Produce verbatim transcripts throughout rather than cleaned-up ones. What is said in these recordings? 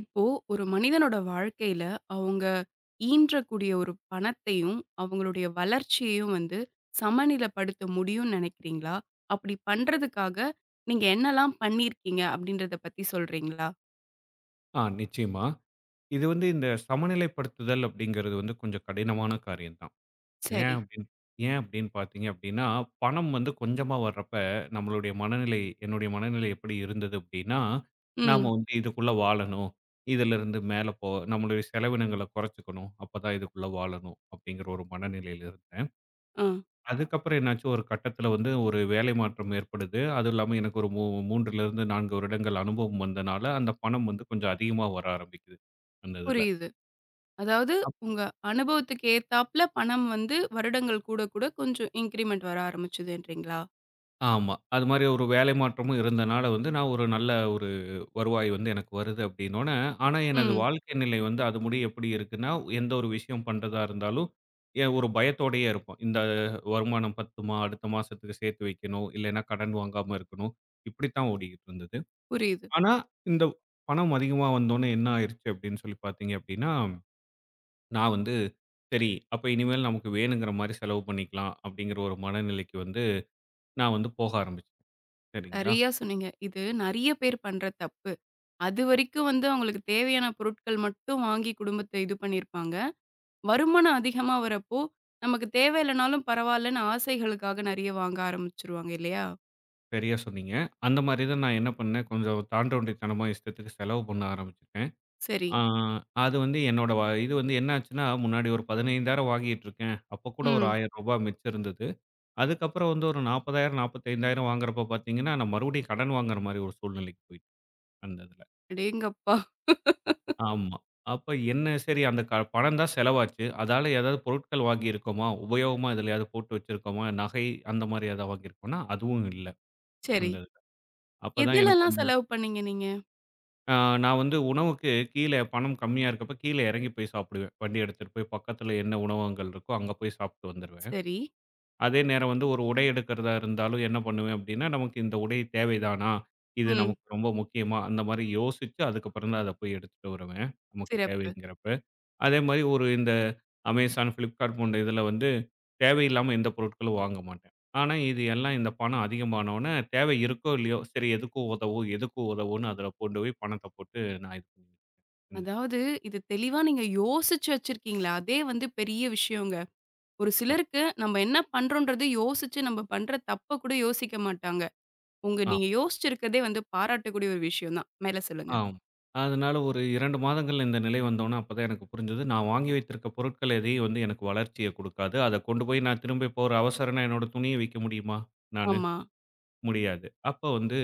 இப்போ ஒரு மனிதனோட வாழ்க்கையில அவங்க ஈன்றக்கூடிய ஒரு பணத்தையும், அவங்களுடைய வளர்ச்சியையும் வந்து சமநிலைப்படுத்த முடியும்னு நினைக்கிறீங்களா? அப்படி பண்றதுக்காக நீங்க என்னலாம் பண்ணியிருக்கீங்க அப்படின்றத பத்தி சொல்றீங்களா? ஆ நிச்சயமா. இது வந்து இந்த சமநிலைப்படுத்துதல் அப்படிங்கிறது வந்து கொஞ்சம் கடினமான காரியம் தான். ஏன் சரி. அப்படின்னு ஏன் அப்படின்னு பார்த்தீங்க அப்படின்னா, பணம் வந்து கொஞ்சமா வர்றப்ப நம்மளுடைய மனநிலை என்னுடைய மனநிலை எப்படி இருந்தது அப்படின்னா, நாம ம். வந்து இதுக்குள்ள வாழணும். இதிலிருந்து மேல போ நம்மளுடைய செலவினங்கள குறைச்சுக்கணும். அப்பதான் இதுக்குள்ள வாழணும் அப்படிங்கிற ஒரு மனநிலையில இருந்தேன். ஆ. அதுக்கப்புறம் என்னாச்சு, ஒரு கட்டத்தில வந்து ஒரு வேலை மாற்றம் ஏற்படுது. அதுவும் இல்லாம எனக்கு ஒரு மூ 3லிருந்து நான்கு வருடங்கள் அனுபவம் வந்தனால, அந்த பணம் வந்து கொஞ்சம் அதிகமா வர ஆரம்பிக்குது, அந்த இதில. புரியுது. அதாவது அப் உங்க அனுபவத்துக்கு ஏத்தாப்ல பணம் வந்து வருடங்கள் கூட கூட கொஞ்சம் இன்கிரிமெண்ட் வர ஆரம்பிச்சதுன்றீங்களா? ஆமா. அது மாரி ஒரு வேலை மாற்றமும் இருந்தனால வந்து, நான் ஒரு நல்ல ஒரு வருவாய் வந்து எனக்கு வருது அப்படின்னோன, ஆனா எனது ம். வாழ்க்கை நிலை வந்து அது முடிய எப்படி இருக்குன்னா, எந்த ஒரு விஷயம் பண்றதா இருந்தாலும், ஏன் ஒரு பயத்தோடயே இருப்போம். இந்த வருமானம் பத்துமா? அடுத்த மாசத்துக்கு சேர்த்து வைக்கணும். இல்லைன்னா கடன் வாங்காம இருக்கணும். இப்படித்தான் ஓடிக்கிட்டு இருந்தது. புரியுது. ஆனா, இந்த பணம் அதிகமா வந்தோனே என்ன ஆயிருச்சு அப்படின்னு சொல்லி பார்த்தீங்க அப்படின்னா, நான் வந்து சரி அப்ப இனிமேல் நமக்கு வேணுங்கிற மாரி செலவு பண்ணிக்கலாம் அப்படிங்கிற ஒரு மனநிலைக்கு வந்து நான் வந்து போக ஆரம்பிச்சேன். சரிங்களா? சரியா சொன்னீங்க. இது நெறைய பேர் பண்ற தப்பு. அதுவரைக்கும் வந்து அவங்களுக்கு தேவையான பொருட்கள் மட்டும் வாங்கி குடும்பத்த இது பண்ணியிருப்பாங்க. வருமானம் அதிகமா வரப்போ, நமக்கு தேவையில்லனாலும் பரவாயில்லன்னு ஆசைகளுக்காக நெறைய வாங்க ஆரம்பிச்சுருவாங்க இல்லையா? சரியா சொன்னீங்க. அந்த மாரி தான் நான் என்ன பண்ணேன், கொஞ்சம் தாண்டவண்டித்தனமா இஷ்டத்துக்கு செலவு பண்ண ஆரம்பிச்சுட்டேன். சரி. ஆ அது வந்து என்னோட வ இது வந்து என்ன ஆச்சுன்னா, முன்னாடி ஒரு பதினைந்தாயிரம் வாங்கிட்டு இருக்கேன். அப்ப கூட ஒரு ரூ. ம். ஆயிரம் மிச்சம் இருந்தது. அதுக்கப்புறம் வந்து ஒரு நாற்பதாயிரம், நாற்பத்தி ஐந்தாயிரம் வாங்குறப்ப பார்த்தீங்கன்னா, நான் மறுபடியும் கடன் வாங்குற மாரி ஒரு சூழ்நிலைக்கு போயிட்டேன் அந்த இதுல. அடேங்கப்பா! ஆமா. அப்ப என்ன சரி அந்த க பணம் தான் செலவாச்சு. அதால ஏதாவது பொருட்கள் வாங்கியிருக்கோமா? உபயோகமா எதுலயாவது போட்டு வச்சிருக்கோமா? நகை அந்த மாரி ஏதாவது வாங்கியிருக்கோம்னா, அதுவும் இல்ல சரி. அந்த இதுல. அப்பதான் எனக்கு எதுலலாம் வந்து செலவு பண்ணீங்க நீங்க? அ நான் வந்து உணவுக்கு கீழ பணம் கம்மியா இருக்கப்ப கீழ இறங்கி போய் சாப்பிடுவேன். வண்டி எடுத்துட்டு போய் பக்கத்துல என்ன உணவகங்கள் இருக்கோ அங்க போய் சாப்பிட்டு வந்துருவேன். சரி. அதே நேரம் வந்து ஒரு உடை எடுக்கிறதா இருந்தாலும் என்ன பண்ணுவேன் அப்டின்னா, நமக்கு இந்த உடை தேவைதானா? இது ம். நமக்கு ரொம்ப முக்கியமா? அந்த மாரி யோசிச்சு அதுக்கப்புறம் தான் அத போய் எடுத்துட்டு வருவேன். நமக்கு சிறப்பு. தேவைங்கிறப்ப. அதே மாரி ஒரு இந்த Amazon, Flipkart போன்ற இதில வந்து தேவையில்லாம எந்த பொருட்களும் வாங்க மாட்டேன். ஆனா, இது எல்லாம் இந்த பணம் அதிகமானவுனே தேவை இருக்கோ! இல்லையோ! சரி எதுக்கும் உதவும், எதுக்கும் உதவும்ன்னு அதில கொண்டு போய் பணத்த போட்டு நான் இது பண்ணிக்கிட்டுருந்தேன். அதாவது இது தெளிவா நீங்க யோசிச்சு வச்சிருக்கீங்களே, அதே வந்து பெரிய விஷயங்க. ஒரு சிலருக்கு நம்ம என்ன பண்றோன்றது யோசிச்சு நம்ம பண்ற தப்ப கூட யோசிக்க மாட்டாங்க. உங்க ஆ, நீங்க யோசிச்சிருக்கிறதே வந்து பாராட்டக்கூடிய ஒரு விஷயம் தான். மேல சொல்லுங்க. ஆமா. அதனால ஒரு இரண்டு மாதங்கள்ல இந்த நிலை வந்தவுனே அப்பதான் எனக்கு புரிஞ்சது. நான் வாங்கி வைத்திருக்க பொருட்கள் எதையும் வந்து எனக்கு வளர்ச்சிய குடுக்காது. அத கொண்டு போய் நான் திரும்ப இப்போ ஒரு அவசரம்னா என்னோட துணிய விக்க முடியுமா? நானு. ஆமா. முடியாது. அப்ப வந்து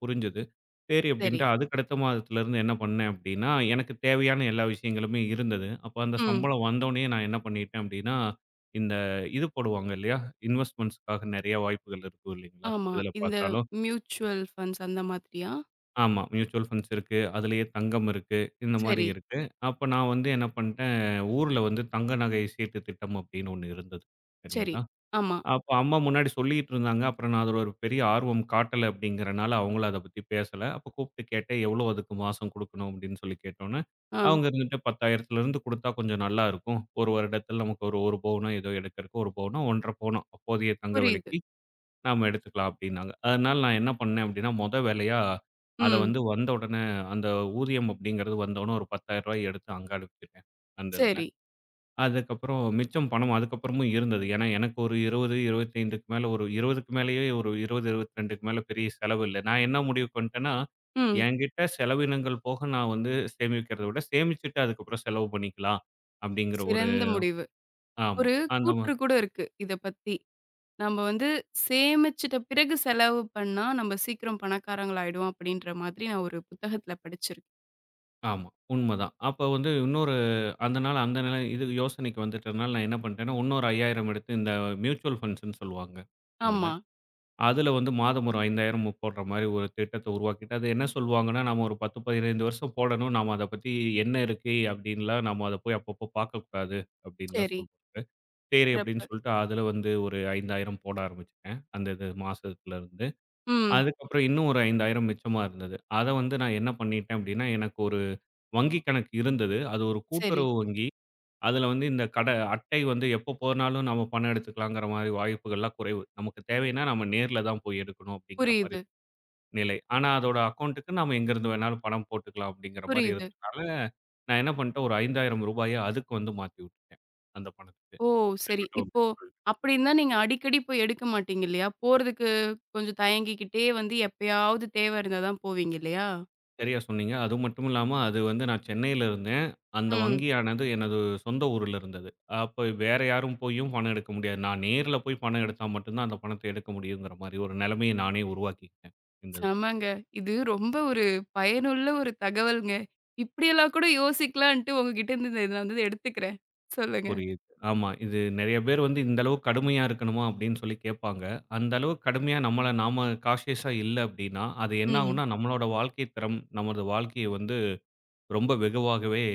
புரிஞ்சது. சரி சரி. அப்படின்ட்டு அதுக்கு அடுத்த மாதத்துலருந்து என்ன பண்ணேன் அப்படின்னா, எனக்கு தேவையான எல்லா விஷயங்களுமே இருந்தது. அப்ப அந்த ம். சம்பளம் வந்தோனயே நான் என்ன பண்ணிட்டேன் அப்படின்னா, இந்த இது போடுவாங்க இல்லையா? இன்வெஸ்ட்மென்ட்ஸ்க்காக நெறைய வாய்ப்புகள் இருக்கும் இல்லைங்களா? ஆமா. எதுல இந்த பார்த்தாலும். மியூச்சுவல் ஃபண்ட்ஸ் அந்த மாதிரியா? ஆமா. மியூச்சுவல் ஃபண்ட்ஸ் இருக்கு. அதுலயே தங்கம் இருக்கு. இந்த மாரி சரி, இருக்கு. அப்ப நான் வந்து என்ன பண்ட்டேன், ஊர்ல வந்து தங்க நகை சீட்டு திட்டம் அப்படின்னு ஒண்ணு இருந்தது. சரி. சரிங்களா? ஆமா. அப்ப அம்மா முன்னாடி சொல்லிட்டு இருந்தாங்க. அப்புறம் நான் அதுல ஒரு பெரிய ஆர்வம் காட்டல அப்படிங்கிறனால, அவங்களும் அத பத்தி பேசல. அப்ப கூப்பிட்டு கேட்டேன், "எவ்வளோ அதுக்கு மாசம் குடுக்கணும்?" அப்படின்னு சொல்லி கேட்டோனே, ஆ அவங்க இருந்துட்டு 10,000த்துலருந்து குடுத்தா கொஞ்சம் நல்லா இருக்கும். ஒரு வருடத்தில் நமக்கு ஒரு 1 பவுனோ ஏதோ எடுக்கிறக்கு ஒரு பவுனோ, ஒன்றரை பவுனோ அப்போதைய தங்க புரியுது. விலைக்கு நாம எடுத்துக்கலாம் அப்படின்னாங்க. அதனால நான் என்ன பண்ணேன் அப்படின்னா, மொத வேலையா அத ம். வந்து வந்த உடனே அந்த ஊதியம் அப்படிங்கிறது வந்த உடனே ஒரு ரூ. பத்தாயிரம் எடுத்து அங்க அனுப்பிச்சுட்டேன். அந்த இதுல. சரி. அதுக்கப்புறம் மிச்சம் பணம் அதுக்கப்புறமும் இருந்தது. ஏன்னா, எனக்கு ஒரு இருபது, 25க்கு மேல ஒரு 20க்கு மேலேயே ஒரு இருபது, 22க்கு மேல பெரிய செலவு இல்ல. நான் என்ன முடிவுக்கு வந்துட்டேன்னா, ம். என்கிட்ட செலவினங்கள் போக நான் வந்து சேமிக்கிறத விட, சேமிச்சுட்டு அதுக்கப்புறம் செலவு பண்ணிக்கலாம் அப்படிங்கிற ஒரு சிறந்த முடிவு. ஆமா. ஒரு அந்த மா கூற்று கூட இருக்கு இத பத்தி. நம்ம வந்து சேமிச்சுட்ட பிறகு செலவு பண்ணா நம்ம சீக்கிரம் பணக்காரங்களாயிடுவோம் அப்படின்ற மாதிரி நான் ஒரு புத்தகத்துல படிச்சிருக்கேன். ஆமா. உண்மதான். அப்ப வந்து இன்னொரு அந்த நாள் அந்த நிலை இது யோசனைக்கு வந்துட்டனால நான் என்ன பண்ணிட்டேன்னா, இன்னொரு ஐந்தாயிரம் எடுத்து இந்த மியூச்சுவல் ஃபண்ட்ஸ்ன்னு சொல்லுவாங்க இதுல. ஆமா. அதில வந்து மாதம் ஒரு ஐந்தாயிரம் போடுற மாரி ஒரு திட்டத்த உருவாக்கிட்டு, அது என்ன சொல்வாங்கன்னா, நாம ஒரு பத்து, பதினைந்து வருஷம் போடணும். நாம அத பத்தி என்ன இருக்கு அப்டின்லாம் நாம அத போய் அப்பப்போ பார்க்கக்கூடாது அப்டின்லாம் சரி. சொல்வாங்க. சரி சிறப்பு. அப்டின்னு சொல்லிட்டு அதில வந்து ஒரு ஐந்தாயிரம் போட ஆரம்பிச்சுட்டேன். அந்த இது மாசத்துலருந்து. ம். அதுக்கப்புறம் இன்னும் ஒரு ஐந்தாயிரம் மிச்சமா இருந்தது. அத வந்து நான் என்ன பண்ணிட்டேன் அப்டின்னா, எனக்கு ஒரு வங்கி கணக்கு இருந்தது. அது ஒரு சரி. கூட்டுறவு வங்கி. அதில வந்து இந்த கடை அட்டை வந்து எப்போ போனாலும் நம்ம பணம் எடுத்துக்கலாங்கிற மாரி வாய்ப்புகள்லாம் குறைவு. நமக்கு தேவைன்னா நம்ம நேர்ல தான் போய் எடுக்கணும் அப்படிங்கிற மாரி புரியுது, நிலை. ஆனா அதோட அக்கவுண்ட்டுக்கு நாம எங்கேருந்து வேணாலும் பணம் போட்டுக்கலாம் அப்படிங்கிற மாரி புரியுது. இருந்ததுனால, நான் என்ன பண்ணிட்டேன் ஒரு ரூ. ஐந்தாயிரம் அதுக்கு வந்து மாத்தி விட்டுட்டேன். அந்த ஓ! சரி. இப்போ பணத்துக்கு. அப்படி இருந்தா நீங்க அடிக்கடி போய் எடுக்க மாட்டீங்க இல்லையா? போறதுக்கு கொஞ்சம் தயங்கிக்கிட்டே வந்து எப்பயாவது தேவ இருந்தா தான் போவீங்க இல்லையா? சரியா சொன்னீங்க. அது மட்டும் இல்லாம, அது வந்து நான் சென்னையில இருந்தேன். அந்த ம். வங்கியானது எனது சொந்த ஊர்ல இருந்தது. அப்ப வேற யாரும் போயும் பணம் எடுக்க முடியாது. நான் நேர்ல போய் பணம் எடுத்தா மட்டும் தான் அந்த பணத்த எடுக்க முடியுங்கிற மாரி ஒரு நெலைமைய நானே உருவாக்கிக்கிட்டேன். இந்த இதுல. செமங்க. இது ரொம்ப ஒரு பயனுள்ள ஒரு தகவல்ங்க. இப்படியெல்லாம் கூட யோசிக்கலான்ட்டு உங்ககிட்ட இருந்து இத நான் வந்து எடுத்துக்கிறேன். சொல்லுங்க. புரியுது. ஆமா. இது நெறைய பேர் வந்து இந்த அளவுக்கு கடுமையா இருக்கணுமா? அப்படின்னு சொல்லி கேட்பாங்க. அந்த அளவுக்கு கடுமையா நம்மள நாம கான்ஷியஸா இல்ல அப்படின்னா, அது என்ன ம். ஆகும்னா, நம்மளோட வாழ்க்கை தரம், நமது வாழ்க்கைய வந்து ரொம்ப வெகுவாகவே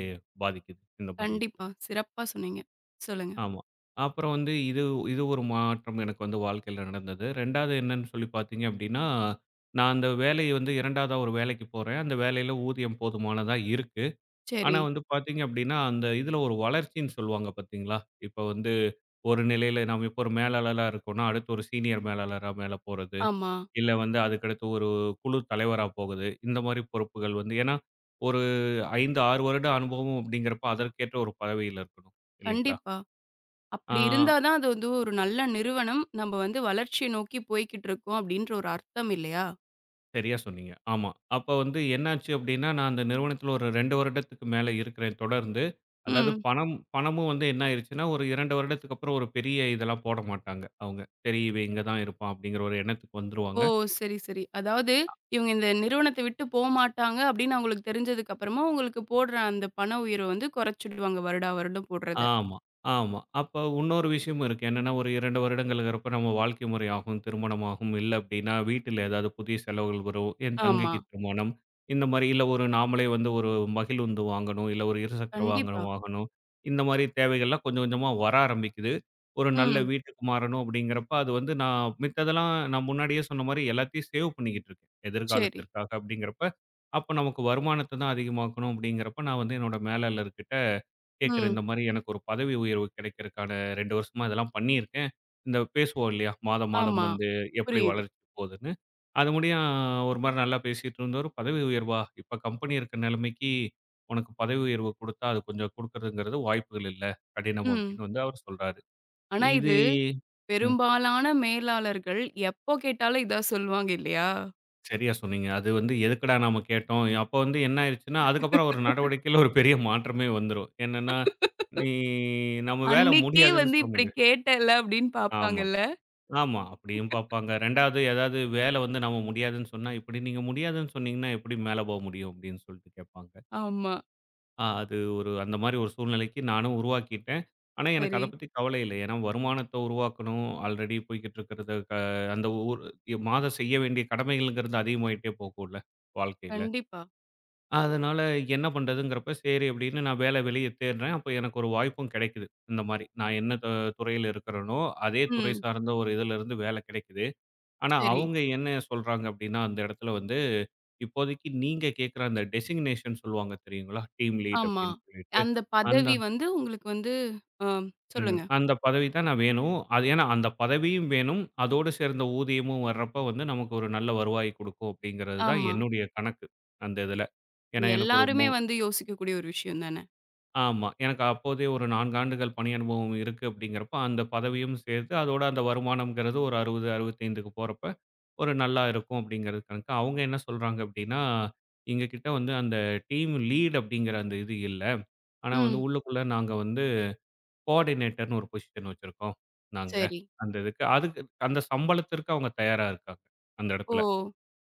பாதிக்குது. இந்த மாரி. கண்டிப்பா. சிறப்பா சொன்னீங்க. சொல்லுங்க. ஆமா. அப்புறம் வந்து இது இது ஒரு மாற்றம் எனக்கு வந்து வாழ்க்கையில நடந்தது. 2வது என்னன்னு சொல்லி பார்த்தீங்க அப்டின்னா, நான் அந்த வேலை வந்து 2வதா ஒரு வேலைக்கு போறேன். அந்த வேலையில ஊதியம் போதுமானதா இருக்கு. ஆனா சரி. வந்து பார்த்தீங்க அப்டின்னா, அந்த இதுல ஒரு வளர்ச்சின்னு சொல்லுவாங்க பார்த்தீங்களா? இப்ப வந்து ஒரு நிலையில நாம இப்போ ஒரு மேலாளரா இருக்கோம்னா, அடுத்து ஒரு சீனியர் மேலாளரா மேல போறது. ஆமா. இல்ல வந்து அதுக்கடுத்து ஒரு குழு தலைவரா போகுது. இந்த மாரி பொறுப்புகள் வந்து ஏன்னா, ஒரு ஐந்து, ஆறு வருட அனுபவம் அப்டிங்கிறப்ப அதற்கேற்ற ஒரு பதவியில இருக்கணும் இல்லைங்களா? கண்டிப்பா. ஆ அப்படி இருந்தா தான் அது வந்து ஒரு நல்ல நிறுவனம். நம்ம வந்து வளர்ச்சிய நோக்கி போய்க்கிட்டு இருக்கோம் அப்படின்ற ஒரு அர்த்தம் இல்லையா? சரியா சொன்னீங்க. ஆமா. அப்ப வந்து என்னாச்சு அப்டின்னா, நான் அந்த நிறுவனத்தில ஒரு இரண்டு வருடத்துக்கு மேல இருக்கிறேன் தொடர்ந்து. அதாவது ம். பணம் பணமும் வந்து என்ன ஆயிருச்சுன்னா, ஒரு இரண்டு வருடத்துக்கு அப்புறம் ஒரு பெரிய இதெல்லாம் போட மாட்டாங்க அவங்க. சரி இவன் இங்க தான் இருப்பான் அப்டிங்கிற ஒரு எண்ணத்துக்கு வந்துருவாங்க. ஓ! சரி, சரி. அதாவது இவங்க இந்த நிறுவனத்த விட்டு போமாட்டாங்க அப்படின்னு அவங்களுக்கு தெரிஞ்சதுக்கு அப்புறமா, உங்களுக்கு போடுற அந்த பண உயர்வ வந்து குறைச்சுடுவாங்க வருடா வருடம் போடுறத. ஆமா, ஆமா. அப்ப இன்னொரு விஷயமும் இருக்கு. என்னன்னா, ஒரு இரண்டு வருடங்கள்ங்கிறப்ப நம்ம வாழ்க்கை முறை ஆகும், திருமணம் ஆகும். இல்ல அப்படின்னா, வீட்டில ஏதாவது புதிய செலவுகள் வரும். என் ஆமா. தங்கைக்கு திருமணம். இந்த மாரி இல்ல ஒரு நாமளே வந்து ஒரு மகிழுந்து வாங்கணும். இல்ல ஒரு இருசக்கர கண்டிப்பா. வாகனம் வாங்கணும். இந்த மாரி தேவைகள்லாம் கொஞ்சம் கொஞ்சமா வர ஆரம்பிக்குது. ஒரு நல்ல ம். வீட்டுக்கு மாறணும் அப்படிங்கிறப்ப, அது வந்து நான் மித்ததெல்லாம் நான் முன்னாடியே சொன்ன மாரி எல்லாத்தையும் சேவ் பண்ணிக்கிட்டு இருக்கேன். சரி. எதிர்காலத்திற்காக அப்படிங்கிறப்ப, அப்ப நமக்கு வருமானத்த தான் அதிகமாக்கணும் அப்படிங்கிறப்ப, நான் வந்து என்னோட மேலாளர்கிட்ட கேட்குறேன். ம். இந்த மாரி எனக்கு ஒரு பதவி உயர்வு கிடைக்கிறதுக்கான இரண்டு வருஷமா இதெல்லாம் பண்ணியிருக்கேன். இந்த பேசுவோம் இல்லையா? மாதம், மாதம் ஆமா. வந்து எப்படி புரியுது. வளர்ச்சி போகுதுன்னு. அது முடியும் ஒரு மாரி நல்லா பேசிட்டு இருந்தவரு, "பதவி உயர்வா? இப்ப கம்பெனி இருக்க நிலைமைக்கு உனக்கு பதவி உயர்வு குடுத்தா, அது கொஞ்சம் குடுக்குறதுங்கிறது வாய்ப்புகள் இல்ல. கடினம்." ம். அப்படின்னு வந்து அவரு சொல்றாரு. ஆனா இது இது ம். பெரும்பாலான மேலாளர்கள் எப்போ கேட்டாலும் இதான் சொல்லுவாங்க இல்லையா? சரியா சொன்னீங்க. அது வந்து எதுக்குடா நாம கேட்டோம்? அப்போ வந்து என்ன ஆயிருச்சுன்னா, அதுக்கப்புறம் ஒரு நடவடிக்கையில ஒரு பெரிய மாற்றமே வந்துரும். என்னன்னா, "நீ நம்ம வேலை அன்னைக்கே முடியாதுன்னு வந்து சொல்ல இப்படி முடியாது." கேட்டல அப்படின்னு ஆமா. பார்ப்பாங்கல்ல. ஆமா. அப்படியும் பார்ப்பாங்க. 2வது ஏதாவது வேலை வந்து நம்ம முடியாதுன்னு சொன்னா, இப்படி நீங்க முடியாதுன்னு சொன்னீங்கன்னா, எப்படி மேல போ முடியும்? அப்படின்னு சொல்லிட்டு கேட்பாங்க. ஆமா. அ அது ஒரு அந்த மாரி ஒரு சூழ்நிலைக்கு நானும் உருவாக்கிட்டேன். ஆனா, எனக்கு சரி. அத பத்தி கவலை இல்ல. ஏன்னா வருமானத்த உருவாக்கணும். ஆல்ரெடி போய்க்கிட்டு இருக்கிறது க அந்த ஊர் மாதம் செய்ய வேண்டிய கடமைகள்ங்கிறது அதிகமாயிட்டே போகும்ல, வாழ்க்கையில. கண்டிப்பா. அதனால என்ன பண்றதுங்கிறப்ப, சரி அப்படின்னு நான் வேலை வெளிய தேடுறேன். அப்ப எனக்கு ஒரு வாய்ப்பும் கிடைக்குது. இந்த மாரி. நான் என்ன த துறையில இருக்கிறேனோ, அதே துறை ம். சார்ந்த ஒரு இதுலருந்து வேலை கிடைக்குது. ஆனா, சரி. அவங்க என்ன சொல்றாங்க அப்படின்னா, அந்த இடத்துல வந்து, இப்போதைக்கு நீங்க கேட்கிற அந்த டெசிக்னேஷன் சொல்லுவாங்க தெரியுங்களா? டீம் லீட் ஆமா. அப்படின்னு சொல்லிட்டு. அந்த அந்த பதவி வந்து உங்களுக்கு வந்து அ ம். சொல்லுங்க. அந்த பதவி தான் நான் வேணும். அது ஏன்னா அந்த பதவியும் வேணும். அதோடு சேர்ந்த ஊதியமும் வர்றப்ப வந்து நமக்கு ஒரு நல்ல வருவாய் குடுக்கும் அப்படிங்கிறது தான் ஆமா. என்னுடைய கணக்கு, அந்த இதுல. ஏன்னா எனக்கு ஒரு மூ எல்லாருமே வந்து யோசிக்கக்கூடிய ஒரு விஷயம் தானே! ஆமா. எனக்கு அப்போதே ஒரு நான்கு ஆண்டுகள் பணி அனுபவம் இருக்கு அப்படிங்கிறப்ப, அந்த பதவியும் சேர்த்து அதோட அந்த வருமானம்ங்கிறது ஒரு அறுபது, 65க்கு போறப்ப ஒரு நல்லா இருக்கும் அப்படிங்கிறது கணக்கு. அவங்க என்ன சொல்றாங்க அப்படின்னா, எங்க கிட்ட வந்து அந்த டீம் லீட் அப்படிங்கிற அந்த இது இல்ல. ஆனா வந்து ம். உள்ளுக்குள்ள நாங்க வந்து கோஆர்டினேட்டர்ன்னு ஒரு பொசிஷன் வச்சிருக்கோம் நாங்க. சரி. அந்த இதுக்கு. அதுக்கு அந்த சம்பளத்திற்கு அவங்க தயாரா இருக்காங்க அந்த ஓ! இடத்துல.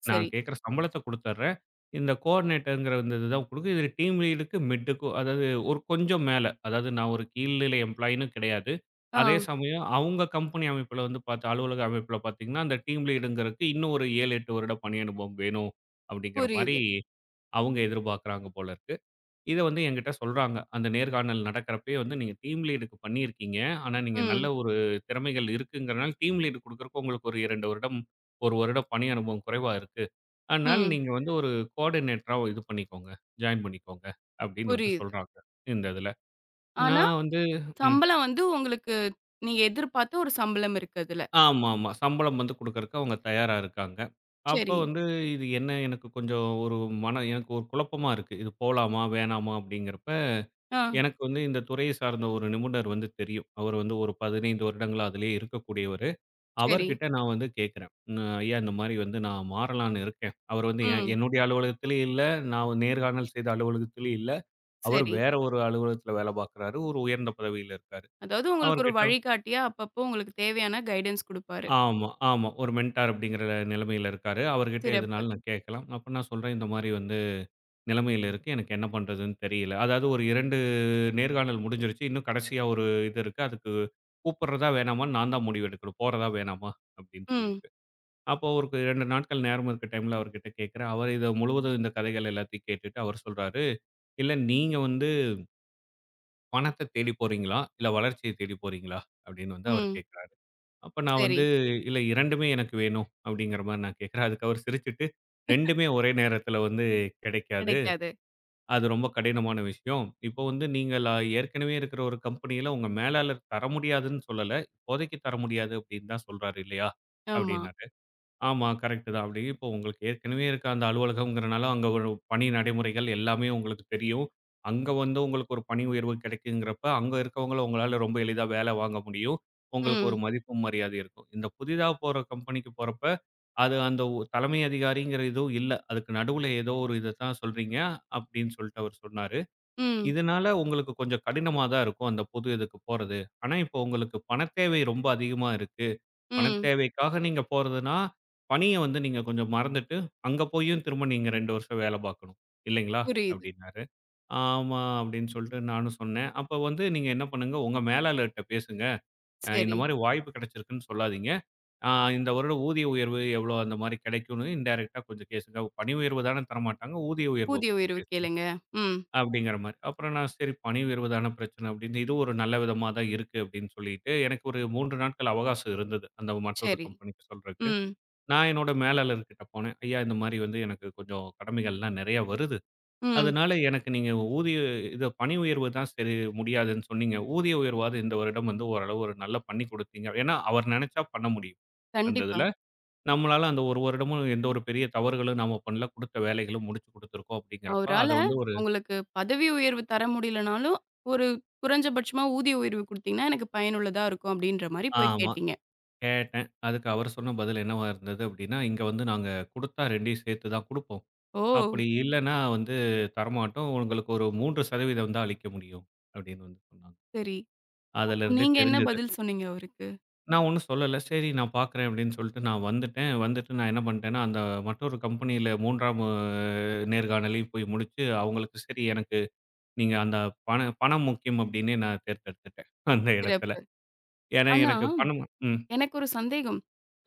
சரி. நான் கேட்குற சம்பளத்த குடுத்துர்றேன். இந்த கோஆர்டினேட்டர்ங்கிற இந்த இதுதான் குடுக்கு. இது டீம் லீடுக்கு மிட்டுக்கும் அதாவது ஒரு கொஞ்சம் மேல. அதாவது நான் ஒரு கீழ்நிலை எம்ப்ளாயின்னு கிடையாது. ஆ அதே சமயம் அவங்க கம்பெனி அமைப்புல வந்து பாத்து அலுவலக அமைப்புல பாத்தீங்கன்னா, அந்த டீம் லீடுங்கிறதுக்கு இன்னும் ஒரு ஏழு, எட்டு வருட பணி அனுபவம் வேணும். அப்படிங்கிற மாரி புரியுது. அவங்க எதிர்பார்க்குறாங்க போல இருக்கு. இத வந்து என்கிட்ட சொல்றாங்க. அந்த நேர்காணல் நடக்கிறப்பயே வந்து, "நீங்க டீம் லீடுக்கு பண்ணியிருக்கீங்க. ஆனா, நீங்க நல்ல ம், ஒரு திறமைகள் இருக்குங்கிறனால, டீம் லீடு குடுக்கறக்கு உங்களுக்கு ஒரு இரண்டு வருடம், ஒரு வருடம் பணி அனுபவம் குறைவா இருக்கு. அதனால ம். நீங்க வந்து ஒரு கோஆர்டினேட்டரா இது பண்ணிக்கோங்க. ஜாயின் பண்ணிக்கோங்க." அப்படின்னு வந்து புரியுது. சொல்றாங்க. இந்த இதுல. ஆனா, நான் வந்து ம். சம்பளம் வந்து உங்களுக்கு நீங்க எதிர்பார்த்த ஒரு சம்பளம் இருக்கு அதுல. ஆமாமா. சம்பளம் வந்து குடுக்கறக்கு அவங்க தயாரா இருக்காங்க. அப்ப சரி. வந்து இது என்ன எனக்கு கொஞ்சம் ஒரு மன எனக்கு ஒரு குழப்பமா இருக்கு. இது போலாமா? வேணாமா? அப்படிங்கிறப்ப ஆ எனக்கு வந்து இந்த துறையை சார்ந்த ஒரு நிபுணர் வந்து தெரியும். அவர் வந்து ஒரு பதினைந்து வருடங்களா அதிலேயே இருக்கக்கூடியவரு. சரி. அவர்கிட்ட நான் வந்து கேட்கிறேன். "ம் ஐயா இந்த மாரி வந்து நான் மாறலான்னு இருக்கேன்." அவர் வந்து என் ம். என்னுடைய அலுவலகத்திலயும் இல்ல, நான் நேர்காணல் செய்த அலுவலகத்திலயும் இல்ல. அவர் சரி. வேற ஒரு அலுவலகத்தில வேலை பார்க்குறாரு. ஒரு உயர்ந்த பதவியில இருக்காரு. அதாவது உங்களுக்கு ஒரு அவர்கிட்ட வழிகாட்டியா அப்பப்போ உங்களுக்கு தேவையான கைடன்ஸ் குடுப்பாரு. ஆமா, ஆமா. ஒரு மென்டார் அப்படிங்கிற நிலைமையில இருக்காரு. அவர்கிட்ட சிறப்பு. எதுனாலும் நான் கேட்கலாம். அப்ப நான் சொல்றேன், "இந்த மாரி வந்து" நிலைமையில இருக்கு. எனக்கு என்ன பண்றதுன்னு தெரியல. அதாவது ஒரு இரண்டு நேர்காணல் முடிஞ்சிருச்சு. இன்னும் கடைசியா ஒரு இது இருக்கு. அதுக்கு கூப்பிடுறதா வேணாமான்னு நான் தான் முடிவு எடுக்கணும். போறதா வேணாமா அப்படின்னு ம், சொல்லிட்டு. அப்போ ஒரு இரண்டு நாட்கள் நேரம் இருக்க டைம்ல அவர்கிட்ட கேட்கிறேன். அவர் இத முழுவதும் இந்த கதைகள் எல்லாத்தையும் கேட்டுட்டு அவர் சொல்றாரு, "இல்ல நீங்க வந்து பணத்த தேடி போறீங்களா? இல்ல வளர்ச்சிய தேடி போறீங்களா?" அப்படின்னு வந்து அவர் ம். கேட்கிறாரு. அப்ப நான் சரி. வந்து, "இல்ல 2மே எனக்கு வேணும்." அப்படிங்கிற மாரி நான் கேட்கிறேன். அதுக்கு அவர் சிரிச்சுட்டு, "2மே ஒரே நேரத்துல வந்து கிடைக்காது." கிடைக்காது. அது ரொம்ப கடினமான விஷயம். இப்போ வந்து நீங்க லா ஏற்கனவே இருக்கிற ஒரு கம்பெனியில உங்க மேலாளர் தர முடியாதுன்னு சொல்லல. "இப்போதைக்கு தர முடியாது" அப்படின்னு தான் சொல்றாரு இல்லையா? ஆமா. அப்படின்னாரு. ஆமா. கரெக்ட்டு தான். அப்படி இப்போ உங்களுக்கு ஏற்கனவே இருக்க அந்த அலுவலகம்ங்கிறனால, அங்க ஒரு பணி நடைமுறைகள் எல்லாமே உங்களுக்கு தெரியும். அங்க வந்து உங்களுக்கு ஒரு பணி உயர்வு கிடைக்குங்கிறப்ப, அங்க இருக்கவங்கள உங்களால ரொம்ப எளிதா வேலை வாங்க முடியும். உங்களுக்கு ம், ஒரு மதிப்பும், மரியாதையும் இருக்கும். இந்த புதிதா போற கம்பெனிக்கு போறப்ப, அது அந்த ஒ தலைமை அதிகாரிங்கிற இதுவும் இல்ல. அதுக்கு நடுவுல ஏதோ ஒரு இத தான் சொல்றீங்க அப்படின்னு சொல்லிட்டு அவர் சொன்னாரு. ம், இதனால உங்களுக்கு கொஞ்சம் கடினமா தான் இருக்கும் அந்த புது இதுக்கு போறது. ஆனா இப்போ உங்களுக்கு பணத் தேவை ரொம்ப அதிகமா இருக்கு. பணத் ம். தேவைக்காக நீங்க போறதுன்னா, பணிய வந்து நீங்க கொஞ்சம் மறந்துட்டு, அங்க போயும் திரும்ப நீங்க இரண்டு வருஷம் வேல பார்க்கணும். இல்லைங்களா? புரியுது. அப்டின்னாரு. ஆமா அப்டின்னு சொல்லிட்டு நானும் சொன்னேன். அப்ப வந்து நீங்க என்ன பண்ணுங்க, உங்க மேலாளர்ட்ட பேசுங்க. அ இந்த சரி. மாரி வாய்ப்பு கிடைச்சிருக்குன்னு சொல்லாதீங்க. ஆ இந்த வருடம் ஊதிய உயர்வு எவ்வளோ அந்த மாரி கிடைக்கும்னு இன்டைரக்ட்டா கொஞ்சம் பேசுங்க. பணி உயர்வு தானே தரமாட்டாங்க. ஊதிய உயர்வ ஊதிய பத்தி உயர்வு பேசுங்க. கேளுங்க. ம். அப்படிங்கிற மாரி. அப்புறம் நான் சரி பணி உயர்வு தான பிரச்சனை அப்படின்னு, இது ஒரு நல்ல விதமா தான் இருக்கு அப்படின்னு சொல்லிட்டு, எனக்கு ஒரு மூன்று நாட்கள் அவகாசம் இருந்தது. அந்த மற்றொரு சரி. கம்பெனிக்கு சொல்றதுக்கு. ம். நான் என்னோட மேலாளர்கிட்ட போனேன். ஐயா இந்த மாரி வந்து எனக்கு கொஞ்சம் கடமைகள்லாம் நிறையா வருது. ம். அதனால எனக்கு நீங்க ஊதிய இது பணி உயர்வு தான் சரி முடியாதுன்னு சொன்னீங்க. ஊதிய உயர்வாவது இந்த வருடம் வந்து ஓரளவு ஒரு நல்லா பண்ணி கொடுத்தீங்க. ஏன்னா அவர் நினைச்சா பண்ண முடியும். அந்த கண்டிப்பா. இதுல. நம்மளால அந்த ஒரு வருடமும் எந்த ஒரு பெரிய தவறுகளும் நாம பண்ணல. குடுத்த வேலைகளும் முடிச்சு குடுத்துருக்கோம் அப்படிங்கிறப்ப, அவரால அத வந்து ஒரு உங்களுக்கு பதவி உயர்வு தர முடியலனாலும், ஒரு குறைஞ்சபட்சமா ஊதிய உயர்வு குடுத்தீங்கன்னா, எனக்கு பயனுள்ளதா இருக்கும் அப்டின்ற மாரி போய் ஆமா. கேட்டீங்க. கேட்டேன். அதுக்கு அவர் சொன்ன பதில் என்னவா இருந்தது அப்படின்னா, "இங்க வந்து நாங்க குடுத்தா 2யும் சேர்த்து தான் குடுப்போம். ஓ! அப்படி இல்லன்னா வந்து தரமாட்டோம். உங்களுக்கு ஒரு மூன்று சதவீதம் தான் அளிக்க முடியும்." அப்படின்னு வந்து சொன்னாங்க. சரி. அப்போ அதிலிருந்தே நீங்க என்ன தெரிஞ்சது. பதில் சொன்னீங்க அவருக்கு? நான் ஒண்ணும் சொல்லல. சரி நான் பார்க்குறேன் அப்படின்னு சொல்லிட்டு நான் வந்துட்டேன். வந்துட்டு நான் என்ன பண்ணிட்டேன்னா, அந்த மற்றொரு கம்பெனியில 3ஆம் நேர்காணலையும் போய் முடிச்சு, அவங்களுக்கு சரி எனக்கு நீங்க அந்த பண பணம் முக்கியம் அப்படின்னே நான் தேர்ந்தெடுத்துட்டேன் அந்த இடத்துல. சிறப்பு. ஏன்னா ஆனா, எனக்கு பணம் ம். எனக்கு ஒரு சந்தேகம்.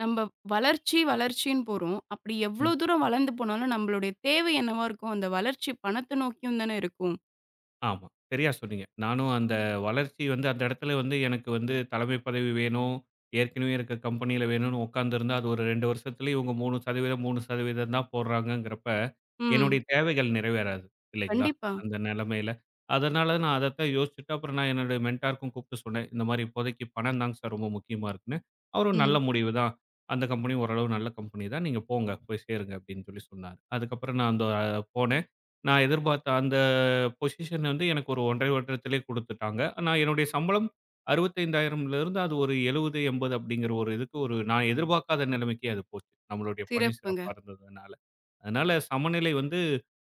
நம்ப வளர்ச்சி, வளர்ச்சின்னு போறோம். அப்படி எவ்ளோ தூரம் வளர்ந்து போனாலும் நம்மளுடைய தேவை என்னவா இருக்கும்? அந்த வளர்ச்சி பணத்த நோக்கியும் தானே இருக்கும். ஆமா. சரியா சொன்னீங்க. நானும் அந்த வளர்ச்சி வந்து அந்த இடத்துல வந்து எனக்கு வந்து தலைமை பதவி வேணும். ஏற்கனவே இருக்க கம்பெனியில வேணும்னு உட்காந்துருந்தா, அது ஒரு இரண்டு வருஷத்துல இவங்க 3% 3% தான் போடுறாங்கங்கிறப்ப, என்னுடைய ம். தேவைகள் நிறைவேறாது இல்லைங்களா? கண்டிப்பா. அந்த நிலைமையில. அதனால நான் அதத்தான் யோசிச்சுட்டு அப்புறம் நான் என்னுடைய மென்டாருக்கும் கூப்பிட்டு சொன்னேன். இந்த மாரி இப்போதைக்கு பணம் தாங்க சார் ரொம்ப முக்கியமா இருக்குன்னு. அவரும் நல்ல ம். முடிவு தான். அந்த கம்பெனி ஓரளவு நல்ல கம்பெனி தான். நீங்க போங்க. போய் சேருங்க அப்படின்னு சொல்லி சொன்னாரு. அதுக்கப்புறம் நான் அந்த அஹ், போனேன். நான் எதிர்பார்த்த அந்த பொசிஷன் வந்து எனக்கு ஒரு ஒன்றே அரை வருடத்திலே குடுத்துட்டாங்க. நான் என்னுடைய சம்பளம் 65,000ல இருந்து அது ஒரு எழுபது, எண்பது அப்படிங்கிற ஒரு இதுக்கு ஒரு நான் எதிர்பார்க்காத நிலைமைக்கு அது போச்சு. நம்மளுடைய பணி சிறப்புங்க. சிறப்பா இருந்ததுனால. அதனால சமநிலை வந்து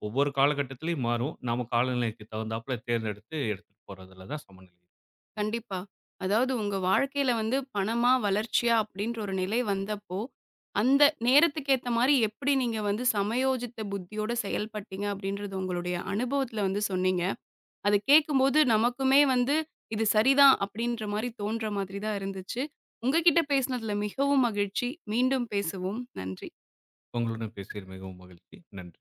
ஒவ்வொரு காலகட்டத்திலயும் மாறும். நாம காலநிலைக்கு தகுந்தாப்புல தேர்ந்தெடுத்து எடுத்துட்டு போறதுல தான் சமநிலை. இருக்கு. கண்டிப்பா. அதாவது உங்க வாழ்க்கையில வந்து பணமா, வளர்ச்சியா அப்படின்ற ஒரு நிலை வந்தப்போ, அந்த நேரத்துக்கு ஏத்த மாரி எப்படி நீங்க வந்து சமயோஜித்த புத்தியோட செயல்பட்டீங்க அப்படின்றது உங்களுடைய அனுபவத்துல வந்து சொன்னீங்க. அத கேட்கும்போது நமக்குமே வந்து இது சரிதான் அப்படின்ற மாரி தோன்ற மாதிரி தான் இருந்துச்சு. உங்க கிட்ட பேசினதுல மிகவும் மகிழ்ச்சி. மீண்டும் பேசுவோம். நன்றி. உங்களுடன் பேசியது மிகவும் மகிழ்ச்சி. நன்றி.